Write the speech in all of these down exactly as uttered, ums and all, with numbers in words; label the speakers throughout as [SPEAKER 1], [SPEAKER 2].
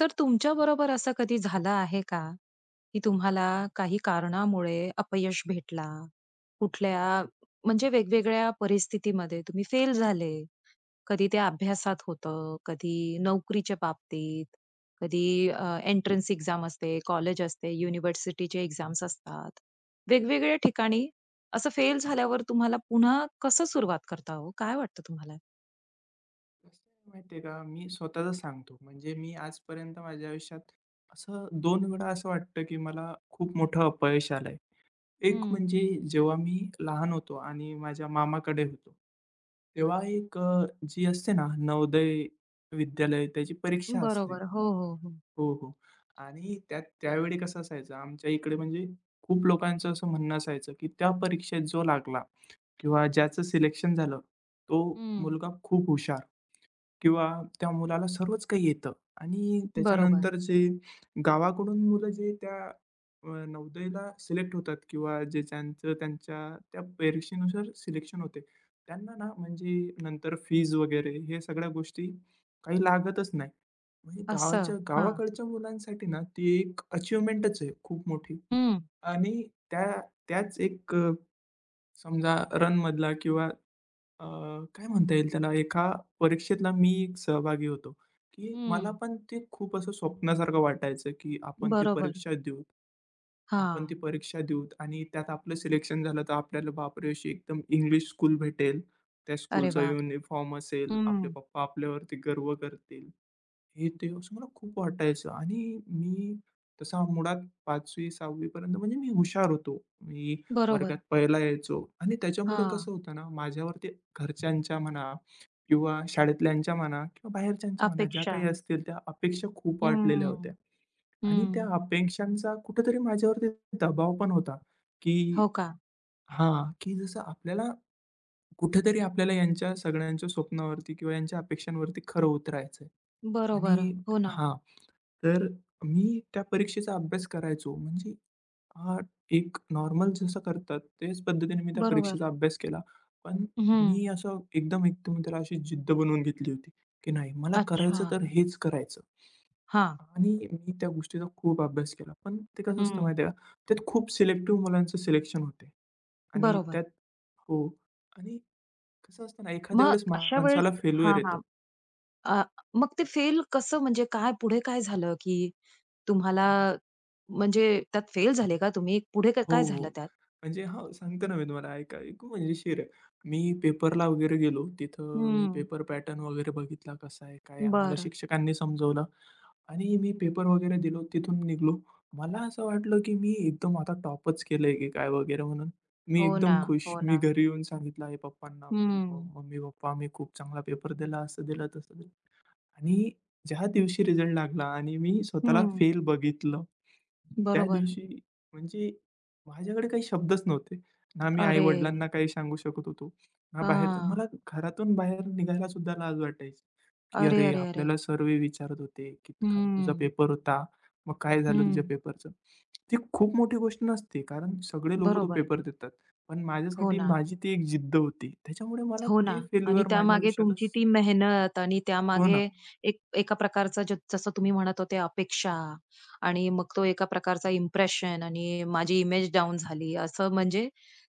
[SPEAKER 1] तर तुमच्या बरोबर असं कधी झालं आहे का, की तुम्हाला काही कारणामुळे अपयश भेटला? कुठल्या म्हणजे वेगवेगळ्या परिस्थितीमध्ये तुम्ही फेल झाले. कधी ते अभ्यासात होतं, कधी नोकरीच्या बाबतीत, कधी अ, एंट्रन्स एक्झाम असते, कॉलेज असते, युनिव्हर्सिटीचे एक्झाम्स असतात. वेगवेगळ्या ठिकाणी असं फेल झाल्यावर तुम्हाला पुन्हा कसं सुरुवात करता हो? काय वाटतं तुम्हाला?
[SPEAKER 2] कसं आहे माहिती का, मी स्वतःच सांगतो. म्हणजे मी आजपर्यंत माझ्या आयुष्यात असं दोन वेळा असं वाटतं, की मला खूप मोठं अपयश आलंय. एक
[SPEAKER 1] हं.
[SPEAKER 2] म्हणजे जेव्हा मी लहान होतो आणि माझ्या मामाकडे होतो. तेव्हा एक अ, जी असते ना, नवोदय विद्यालय त्याची परीक्षा असते.
[SPEAKER 1] बरोबर. हो, हो, हो.
[SPEAKER 2] हो, हो. आणि त्यात त्यावेळी कसं असायचं, आमच्या इकडे म्हणजे खूप लोकांचं असं म्हणणं असायचं, की त्या परीक्षेत जो लागला किंवा ज्याचं सिलेक्शन झालं, तो
[SPEAKER 1] हं.
[SPEAKER 2] मुलगा खूप हुशार. किंवा त्या मुलाला सर्वच काही येतं आणि
[SPEAKER 1] बरोबर.
[SPEAKER 2] त्याच्यानंतर जे गावाकडून मुलं जे त्या अ, नवोदयला सिलेक्ट होतात किंवा जे ज्यांचं त्यांच्या त्या परीक्षेनुसार सिलेक्शन होते, त्यांना ना म्हणजे नंतर फीज वगैरे हे सगळ्या गोष्टी काही लागतच नाही. म्हणजे
[SPEAKER 1] असं.
[SPEAKER 2] गावाच्या
[SPEAKER 1] हां.
[SPEAKER 2] गावाकडच्या मुलांसाठी ना ती एक अचिव्हमेंटच आहे खूप मोठी.
[SPEAKER 1] हं,
[SPEAKER 2] आणि त्या त्याच एक अ, समजा रनमधला किंवा अ, काय म्हणता येईल त्याला, एका परीक्षेतला मी एक सहभागी होतो, की मला
[SPEAKER 1] हं.
[SPEAKER 2] पण ते खूप असं स्वप्नासारखं वाटायचं, की आपण ती
[SPEAKER 1] बरोबर.
[SPEAKER 2] परीक्षा देऊ, आपण
[SPEAKER 1] हां.
[SPEAKER 2] ती परीक्षा देऊ आणि त्यात आपलं सिलेक्शन झालं तर आपल्याला बापरे! अशी एकदम इंग्लिश स्कूल भेटेल. त्या
[SPEAKER 1] अरे
[SPEAKER 2] स्कूलचा
[SPEAKER 1] वाह!
[SPEAKER 2] युनिफॉर्म असेल, आपले
[SPEAKER 1] हं.
[SPEAKER 2] पप्पा आपल्यावरती गर्व करतील. हे ते असं मला खूप वाटायचं आणि मी तसा मुळात पाचवी सहावी पर्यंत म्हणजे मी हुशार होतो. मी
[SPEAKER 1] बरोबर.
[SPEAKER 2] वर्गात पहिला यायचो आणि त्याच्यामुळे
[SPEAKER 1] हां.
[SPEAKER 2] कसं होतं ना, माझ्यावरती घरच्यांच्या म्हणा किंवा शाळेतल्यांच्या म्हणा किंवा बाहेरच्यांच्या म्हणा ज्या
[SPEAKER 1] अपेक्षा.
[SPEAKER 2] काही असतील त्या अपेक्षा खूप वाढलेल्या
[SPEAKER 1] हं,
[SPEAKER 2] होत्या. आणि त्या
[SPEAKER 1] हं.
[SPEAKER 2] अपेक्षांचा कुठेतरी माझ्यावरती दबाव पण होता, की
[SPEAKER 1] हो का?
[SPEAKER 2] हां, की जसं आपल्याला कुठेतरी आपल्याला यांच्या सगळ्यांच्या स्वप्नावरती किंवा यांच्या अपेक्षांवरती खरं उतरायचंय.
[SPEAKER 1] बरोबर.
[SPEAKER 2] आणि
[SPEAKER 1] हो ना.
[SPEAKER 2] हां, तर मी त्या परीक्षेचा अभ्यास करायचो. म्हणजे हां, एक नॉर्मल जसं करतात त्याच पद्धतीने मी त्या
[SPEAKER 1] बरोबर.
[SPEAKER 2] परीक्षेचा अभ्यास केला. पण
[SPEAKER 1] हं.
[SPEAKER 2] मी असं एकदम एकदम त्याला अशी जिद्द बनवून घेतली होती, की नाही मला
[SPEAKER 1] अच्छा.
[SPEAKER 2] करायचं तर हेच करायचं.
[SPEAKER 1] हां.
[SPEAKER 2] आणि मी त्या गोष्टीचा खूप अभ्यास केला. पण ते कसं असतं
[SPEAKER 1] हं.
[SPEAKER 2] माहिती आहे का? त्यात खूप सिलेक्टिव्ह मुलांचं सिलेक्शन होते. आणि
[SPEAKER 1] बरोबर.
[SPEAKER 2] त्यात हो. आणि कसं असतं ना, एखाद्या
[SPEAKER 1] मग
[SPEAKER 2] वेळेस
[SPEAKER 1] अशा वेळेस
[SPEAKER 2] माणसाला फेल्युअर
[SPEAKER 1] हां,
[SPEAKER 2] येतं.
[SPEAKER 1] हां. अ, मग ते फेल कसं म्हणजे काय पुढे काय झालं, की तुम्हाला म्हणजे त्यात फेल झाले का तुम्ही? पुढे काय
[SPEAKER 2] हो,
[SPEAKER 1] काय
[SPEAKER 2] हो.
[SPEAKER 1] झालं त्यात?
[SPEAKER 2] म्हणजे हां, सांगतो ना मी तुम्हाला ऐका ऐकू मजेशीर आहे. मी पेपरला वगैरे गेलो. तिथं मी
[SPEAKER 1] हं.
[SPEAKER 2] पेपर पॅटर्न वगैरे बघितला कसा आहे, काय आहे. आम्हाला
[SPEAKER 1] बरं.
[SPEAKER 2] शिक्षकांनी समजवलं आणि मी पेपर वगैरे दिलो. तिथून निघालो. मला असं वाटलं, की मी एकदम आता टॉपच केलंय की काय वगैरे म्हणून. मी
[SPEAKER 1] हो ना,
[SPEAKER 2] एकदम खुश.
[SPEAKER 1] हो
[SPEAKER 2] मी
[SPEAKER 1] ना.
[SPEAKER 2] घरी येऊन सांगितलं आहे पप्पांना, की "प-
[SPEAKER 1] हं,
[SPEAKER 2] "मम्मी, पप्पा मी खूप चांगला पेपर दिला, असं दिलं, तसं दिलं." आणि ज्या दिवशी रिझल्ट लागला आणि मी स्वतःला
[SPEAKER 1] हं.
[SPEAKER 2] फेल बघितलं, त्या
[SPEAKER 1] बरोबर.
[SPEAKER 2] दिवशी म्हणजे माझ्याकडे काही शब्दच नव्हते. ना मी
[SPEAKER 1] अरे!
[SPEAKER 2] आई-वडिलांना काही सांगू शकत होतो, ना बाहेर
[SPEAKER 1] हां.
[SPEAKER 2] मला घरातून बाहेर निघायला सुद्धा लाज वाटायची, की
[SPEAKER 1] अरे,
[SPEAKER 2] "अरे,
[SPEAKER 1] अरे, अरे!
[SPEAKER 2] आपल्याला सर्व विचारत होते, की "का तुझा
[SPEAKER 1] हं,
[SPEAKER 2] पेपर होता, मग काय झालं तुझ्या
[SPEAKER 1] हं.
[SPEAKER 2] पेपरचं?" ती खूप मोठी गोष्ट नसते, कारण सगळे लोकं तो
[SPEAKER 1] बरोबर.
[SPEAKER 2] पेपर देतात. पण
[SPEAKER 1] हो
[SPEAKER 2] माझ्यासाठी
[SPEAKER 1] ना,
[SPEAKER 2] माझी ती एक जिद्द होती. त्याच्यामुळे मला
[SPEAKER 1] हो ना.
[SPEAKER 2] ते
[SPEAKER 1] आणि
[SPEAKER 2] फेल्युअर माझ्या
[SPEAKER 1] त्यामागे तुमची
[SPEAKER 2] आयुष्यातच
[SPEAKER 1] ती मेहनत आणि त्यामागे
[SPEAKER 2] होणं
[SPEAKER 1] एक एका प्रकारचा ज जसं तुम्ही म्हणत होते अपेक्षा आणि मग तो एका प्रकारचा इम्प्रेशन आणि माझी इमेज डाउन झाली असं म्हणजे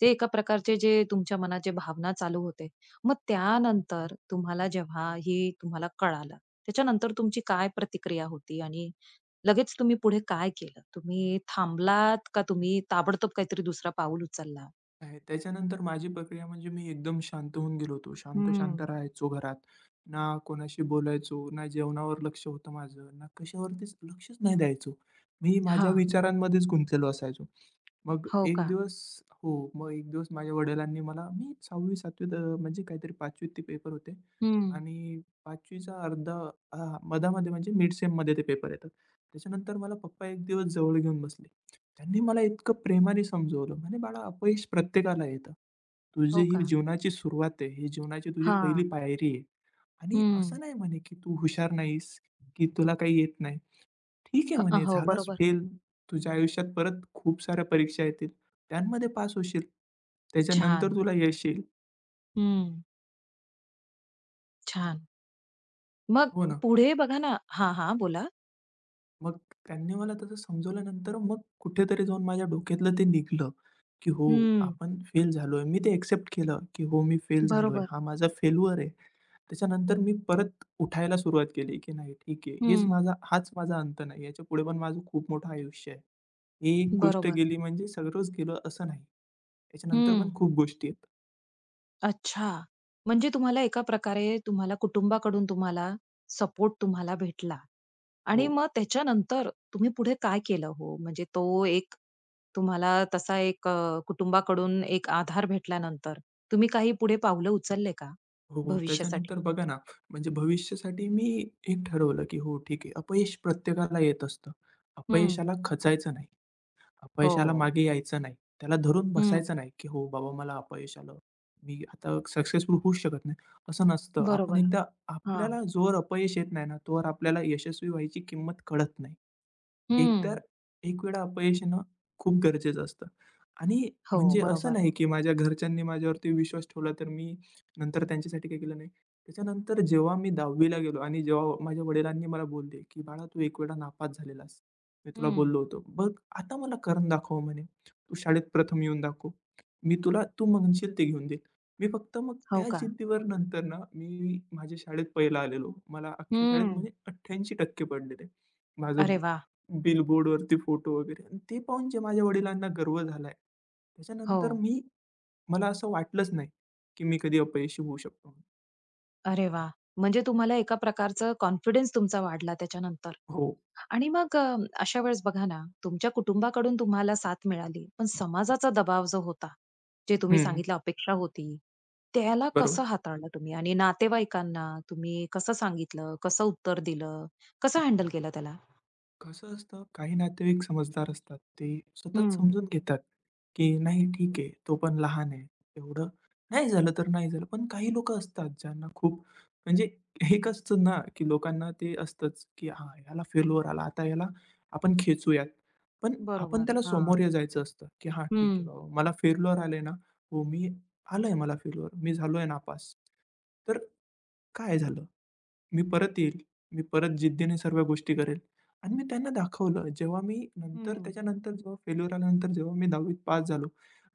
[SPEAKER 1] ते एका प्रकारचे जे तुमच्या मनात जे भावना चालू होते. मग त्यानंतर तुम्हाला जेव्हा ही तुम्हाला कळालं, त्याच्यानंतर तुमची काय प्रतिक्रिया होती आणि लगेच तुम्ही पुढे काय केलं? तुम्ही थांबलात का तुम्ही ताबडतोब काहीतरी दुसरा पाऊल उचलला?
[SPEAKER 2] आहे. त्याच्यानंतर माझी प्रक्रिया म्हणजे मी एकदम शांत होऊन गेलो होतो. शांत-शांत
[SPEAKER 1] हं.
[SPEAKER 2] राहायचो घरात. ना कोणाशी बोलायचो, ना जेवणावर लक्ष होतं माझं, ना कशावरतीच लक्षच नाही द्यायचो. मी माझ्या
[SPEAKER 1] हां.
[SPEAKER 2] विचारांमध्येच गुंतलेलो असायचो. मग
[SPEAKER 1] हो
[SPEAKER 2] एक
[SPEAKER 1] का?
[SPEAKER 2] दिवस हो, मग एक दिवस माझ्या वडिलांनी मला मी सहावी सातवीत अ, म्हणजे काहीतरी पाचवीत ते पेपर होते
[SPEAKER 1] हं.
[SPEAKER 2] आणि पाचवीचा अर्धा हां, मधामध्ये म्हणजे मिड सेममध्ये ते पेपर येतात. त्याच्यानंतर मला पप्पा एक दिवस जवळ घेऊन बसले. त्यांनी मला इतकं प्रेमाने समजवलं, म्हणे, "बाळा, अपयश प्रत्येकाला येतं. तुझी
[SPEAKER 1] हो
[SPEAKER 2] ही
[SPEAKER 1] का?
[SPEAKER 2] जीवनाची सुरुवात आहे. ही जीवनाची तुझी
[SPEAKER 1] हां.
[SPEAKER 2] पहिली पायरी आहे आणि
[SPEAKER 1] हं.
[SPEAKER 2] असं नाही म्हणे की तू हुशार नाहीस, की तुला काही येत नाही." ठीक आहे
[SPEAKER 1] ह अ,
[SPEAKER 2] म्हणे,
[SPEAKER 1] हो,
[SPEAKER 2] झालास
[SPEAKER 1] बरोबर.
[SPEAKER 2] फेल. तुझ्या आयुष्यात परत खूप साऱ्या परीक्षा येतील. त्यांमध्ये पास होशील.
[SPEAKER 1] छान.
[SPEAKER 2] त्याच्यानंतर तुला यश येईल.
[SPEAKER 1] हं. छान. मग
[SPEAKER 2] हो ना.
[SPEAKER 1] पुढे बघा ना हां, हां. बोला.
[SPEAKER 2] मग त्यांनी मला तसं समजवल्यानंतर मग कुठेतरी जाऊन माझ्या डोक्यातलं ते निघालं, की हो,
[SPEAKER 1] हं.
[SPEAKER 2] आपण फेल झालोय. मी ते एक्सेप्ट केलं, की हो, मी फेल झालोय.
[SPEAKER 1] बरोबर.
[SPEAKER 2] हा माझा फेल्युअर आहे. त्याच्यानंतर मी परत उठायला सुरुवात केली, की नाही ठीक आहे. हेच
[SPEAKER 1] हं.
[SPEAKER 2] माझा हाच माझा अंत नाही. याच्यापुढे पण माझं खूप मोठं आयुष्य आहे. ही एक गोष्ट
[SPEAKER 1] बरोबर.
[SPEAKER 2] गेली म्हणजे सगळंच गेलं असं नाही. याच्यानंतर पण
[SPEAKER 1] हं.
[SPEAKER 2] खूप गोष्टी आहेत.
[SPEAKER 1] अच्छा. म्हणजे तुम्हाला एका प्रकारे तुम्हाला कुटुंबाकडून तुम्हाला सपोर्ट तुम्हाला भेटला.
[SPEAKER 2] हो.
[SPEAKER 1] आणि मग त्याच्यानंतर तुम्ही पुढे काय केलं हो? म्हणजे तो एक तुम्हाला तसा एक अ, कुटुंबाकडून एक आधार भेटल्यानंतर तुम्ही काही पुढे पावलं उचलले का?
[SPEAKER 2] हो, हो. त्याच्यानंतर
[SPEAKER 1] भविष्यासाठी?
[SPEAKER 2] बघा ना, म्हणजे भविष्यासाठी मी एक ठरवलं, की हो ठीक आहे, अपयश प्रत्येकाला येत असतं.
[SPEAKER 1] हं.
[SPEAKER 2] अपयशाला खचायचं नाही. अपयशाला
[SPEAKER 1] हो.
[SPEAKER 2] मागे यायचं नाही. त्याला धरून
[SPEAKER 1] हं.
[SPEAKER 2] बसायचं नाही, की "हो बाबा मला अपयश आलं. मी आता सक्सेसफुल होऊच शकत नाही." असं नसतं. आपण
[SPEAKER 1] बरोबर.
[SPEAKER 2] एकदा
[SPEAKER 1] हां.
[SPEAKER 2] आपल्याला जोवर अपयश येत नाही ना, तोवर आपल्याला यशस्वी व्हायची किंमत कळत नाही.
[SPEAKER 1] हं.
[SPEAKER 2] एकतर एक वेळा अपयश येणं खूप गरजेचं असतं आणि
[SPEAKER 1] हो,
[SPEAKER 2] म्हणजे असं
[SPEAKER 1] बरोबर.
[SPEAKER 2] नाही, की माझ्या घरच्यांनी माझ्यावरती विश्वास ठेवला तर मी नंतर त्यांच्यासाठी काही केलं नाही. त्याच्यानंतर जेव्हा मी दहावी गेलो आणि जेव्हा माझ्या वडिलांनी मला बोलले, की "बाळा तू एक वेळा नापास झालेलास. मी तुला
[SPEAKER 1] हं.
[SPEAKER 2] बोललो होतो." बस आता मला करून दाखव म्हणे. तू शाळेत प्रथम येऊन दाखव. मी तुला तू म्हणशील ते घेऊन देईल. मी फक्त मग
[SPEAKER 1] हो
[SPEAKER 2] त्या
[SPEAKER 1] का?
[SPEAKER 2] जिद्दीवर नंतर ना, मी माझ्या शाळेत पहिला आलेलो. मला अख्ख्या शाळेत
[SPEAKER 1] हं.
[SPEAKER 2] म्हणजे अठ्ठ्याऐंशी टक्के पडलेले. माझं
[SPEAKER 1] अरे वा,
[SPEAKER 2] बिल बोर्डवरती फोटो वगैरे आणि ते पाहून जे माझ्या वडिलांना गर्व झालाय.
[SPEAKER 1] हो.
[SPEAKER 2] त्याच्यानंतर मी मला असं वाटलंच नाही, की मी कधी अपयशी होऊ शकतो.
[SPEAKER 1] अरे वाह! म्हणजे तुम्हाला एका प्रकारचं कॉन्फिडन्स तुमचा वाढला त्याच्यानंतर.
[SPEAKER 2] हो.
[SPEAKER 1] आणि मग अ, अशा वेळेस बघा ना, तुमच्या कुटुंबाकडून तुम्हाला साथ मिळाली, पण समाजाचा दबाव जो होता, जे तुम्ही
[SPEAKER 2] हं.
[SPEAKER 1] सांगितलं अपेक्षा होती, त्याला
[SPEAKER 2] बरोबर.
[SPEAKER 1] कसं हाताळलं तुम्ही? आणि नातेवाईकांना तुम्ही कसं सांगितलं, कसं उत्तर दिलं, कसं हँडल केलं त्याला?
[SPEAKER 2] कसं असतं, काही नातेवाईक समजदार असतात. ते सतत
[SPEAKER 1] हं,
[SPEAKER 2] समजून घेतात, की नाही ठीक आहे, तो पण लहान आहे. एवढं नाही झालं तर नाही झालं. पण काही लोकं असतात ज्यांना खूप म्हणजे एक असतं ना, की लोकांना ते असतंच, की हां, ह्याला फेल्युअर आला, आता ह्याला आपण खेचूयात. पण आपण
[SPEAKER 1] बरोबर.
[SPEAKER 2] त्याला समोर
[SPEAKER 1] हां.
[SPEAKER 2] ये जायचं असतं, की हां, ठीक
[SPEAKER 1] हं,
[SPEAKER 2] आहे बाबा, मला फेल्युअर आलंय ना, हो, मी आलंय मला फेल्युअर, मी झालोय नापास. तर काय झालं? मी परत येईल. मी परत जिद्दीने सर्व गोष्टी करेल. आणि मी त्यांना दाखवलं. जेव्हा मी नंतर
[SPEAKER 1] हं.
[SPEAKER 2] त्याच्यानंतर जेव्हा फेल्युअर आल्यानंतर जेव्हा मी दहावीत पास झालो,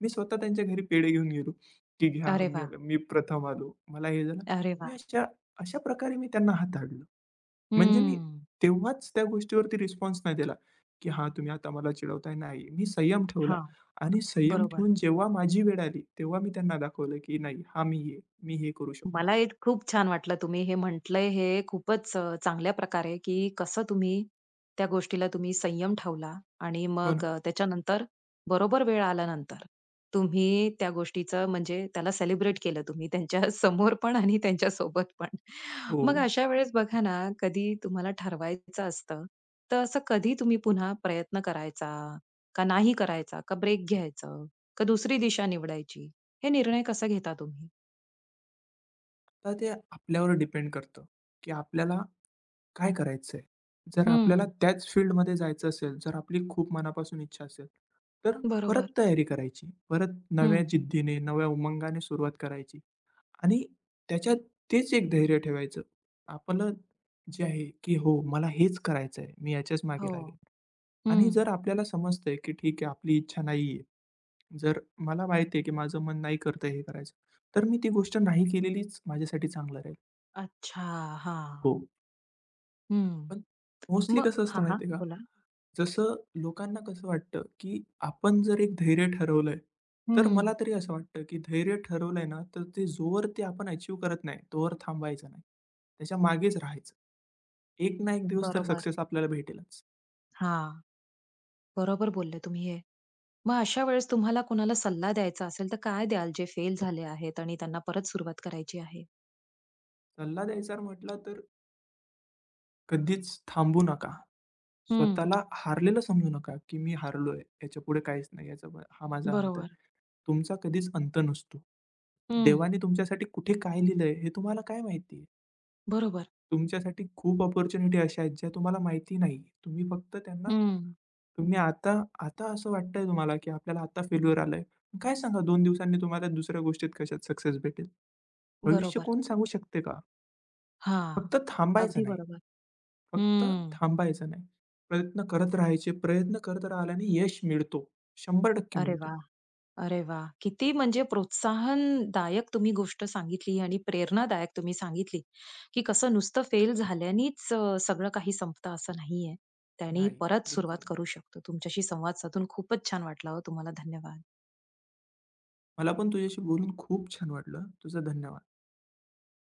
[SPEAKER 2] मी स्वतः त्यांच्या घरी पेढे घेऊन गेलो, की घ्या
[SPEAKER 1] अरे
[SPEAKER 2] मी
[SPEAKER 1] वाह!
[SPEAKER 2] आलो, मी प्रथम आलो, मला हे झालं.
[SPEAKER 1] अरे
[SPEAKER 2] मी
[SPEAKER 1] वाह!
[SPEAKER 2] अशा अशा प्रकारे मी त्यांना हाताळलं. म्हणजे मी
[SPEAKER 1] हं.
[SPEAKER 2] तेव्हाच त्या गोष्टीवरती रिस्पॉन्स नाही दिला, की हां, तुम्ही आता मला चिडवताय. नाही, मी संयम ठेवला
[SPEAKER 1] हां,
[SPEAKER 2] आणि संयम
[SPEAKER 1] बरोबर.
[SPEAKER 2] ठेवून जेव्हा माझी वेळ आली, तेव्हा मी त्यांना दाखवलं, की नाही, हां, मी आहे. मी हे करू शकतो.
[SPEAKER 1] मला एक खूप छान वाटलं तुम्ही हे म्हटलंय हे खूपच अ, चांगल्या प्रकारे, की कसं तुम्ही त्या गोष्टीला तुम्ही संयम ठेवला आणि
[SPEAKER 2] हो ना?
[SPEAKER 1] मग अ, त्याच्यानंतर बरोबर वेळ आल्यानंतर तुम्ही त्या गोष्टीचं म्हणजे त्याला सेलिब्रेट केलं तुम्ही त्यांच्या समोर पण आणि त्यांच्यासोबत पण.
[SPEAKER 2] हो.
[SPEAKER 1] मग अशा वेळेस बघा ना, कधी तुम्हाला ठरवायचं असतं, तर असं कधी तुम्ही पुन्हा प्रयत्न करायचा, का नाही करायचा, का ब्रेक घ्यायचं, का दुसरी दिशा निवडायची? हे निर्णय कसा घेता तुम्ही?
[SPEAKER 2] तर ते आपल्यावर डिपेंड करतं, की आपल्याला काय करायचंय? जर आपल्याला
[SPEAKER 1] हं.
[SPEAKER 2] त्याच फील्डमध्ये जायचं असेल, जर आपली खूप मनापासून इच्छा असेल, तर
[SPEAKER 1] बरोबर.
[SPEAKER 2] परत तयारी करायची. परत
[SPEAKER 1] हं.
[SPEAKER 2] नव्या जिद्दीने, नव्या उमंगाने सुरुवात करायची आणि त्याच्यात तेच एक धैर्य ठेवायचं. आपलं जे आहे, की हो मला हेच करायचंय, मी याच्याच मागे
[SPEAKER 1] हो.
[SPEAKER 2] लागेन आणि
[SPEAKER 1] हं.
[SPEAKER 2] जर आपल्याला समजतंय, की ठीक आहे आपली इच्छा नाहीये, जर मला माहिती आहे, की माझं मन नाही करतंय हे करायचं, तर मी ती गोष्ट नाही केलेलीच माझ्यासाठी चांगलं राहील.
[SPEAKER 1] अच्छा. हां.
[SPEAKER 2] हो.
[SPEAKER 1] हं.
[SPEAKER 2] पण मोस्टली
[SPEAKER 1] मग
[SPEAKER 2] कसं असतं
[SPEAKER 1] हां, हां.
[SPEAKER 2] माहिती आहे का?
[SPEAKER 1] बोला.
[SPEAKER 2] जसं लोकांना कसं वाटतं, की आपण जर एक धैर्य ठरवलंय, तर
[SPEAKER 1] हं.
[SPEAKER 2] मला तरी असं वाटतं, की धैर्य ठरवलंय ना, तर ते जोवर ते आपण अचीव्ह करत नाही, तोवर थांबायचं नाही. त्याच्या मागेच राहायचं. एक ना एक दिवस तर
[SPEAKER 1] बरोबर.
[SPEAKER 2] सक्सेस आपल्याला भेटेलच.
[SPEAKER 1] हां. बरोबर बोलले तुम्ही हे. मग अशा वेळेस तुम्हाला कोणाला सल्ला द्यायचा असेल तर काय द्याल जे फेल झाले आहेत आणि त्यांना परत सुरुवात करायची आहे?
[SPEAKER 2] सल्ला द्यायचा म्हटला तर कधीच थांबू नका.
[SPEAKER 1] हं.
[SPEAKER 2] स्वतःला हारलेलं समजू नका, की मी हारलोय, याच्यापुढे काहीच नाही, याचा ब- हा माझा अंत आहे.
[SPEAKER 1] बरोबर.
[SPEAKER 2] तुमचा कधीच अंत नसतो.
[SPEAKER 1] हं.
[SPEAKER 2] देवाने तुमच्यासाठी कुठे काय लिहिलंय, हे तुम्हाला काय माहिती.
[SPEAKER 1] बरोबर.
[SPEAKER 2] तुमच्यासाठी खूप अपॉर्च्युनिटी अशा आहेत ज्या तुम्हाला माहिती नाही. तुम्ही फक्त त्यांना
[SPEAKER 1] हं.
[SPEAKER 2] तुम्ही आता, आता असं वाटतंय तुम्हाला, की आपल्याला आता फेल्युअर आलंय. पण काय सांगा दोन दिवसांनी तुम्हाला दुसऱ्या गोष्टीत कशात सक्सेस भेटेल? भविष्य
[SPEAKER 1] बरोबर.
[SPEAKER 2] कोण सांगू शकते का?
[SPEAKER 1] हां.
[SPEAKER 2] फक्त
[SPEAKER 1] अगदी
[SPEAKER 2] थांबायचं नाही,
[SPEAKER 1] बरोबर.
[SPEAKER 2] फक्त
[SPEAKER 1] हं.
[SPEAKER 2] थांबायचं नाही. प्रयत्न करत राहायचे. प्रयत्न करत राहिल्याने यश मिळतो. शंभर टक्के
[SPEAKER 1] अरे
[SPEAKER 2] मिळतो.
[SPEAKER 1] वाह! अरे वा, किती म्हणजे प्रोत्साहनदायक तुम्ही गोष्ट सांगितली आणि प्रेरणादायक तुम्ही सांगितली, की कसं नुसतं फेल झाल्यानेच अ, सगळं काही संपतं असं नाहीये. त्याने
[SPEAKER 2] नाही,
[SPEAKER 1] परत
[SPEAKER 2] बिलकुल
[SPEAKER 1] सुरुवात
[SPEAKER 2] नाही.
[SPEAKER 1] करू शकतो. तुमच्याशी संवाद साधून खूपच छान वाटला हो. तुम्हाला धन्यवाद.
[SPEAKER 2] मला पण तुझ्याशी बोलून खूप छान वाटलं. तुझं धन्यवाद.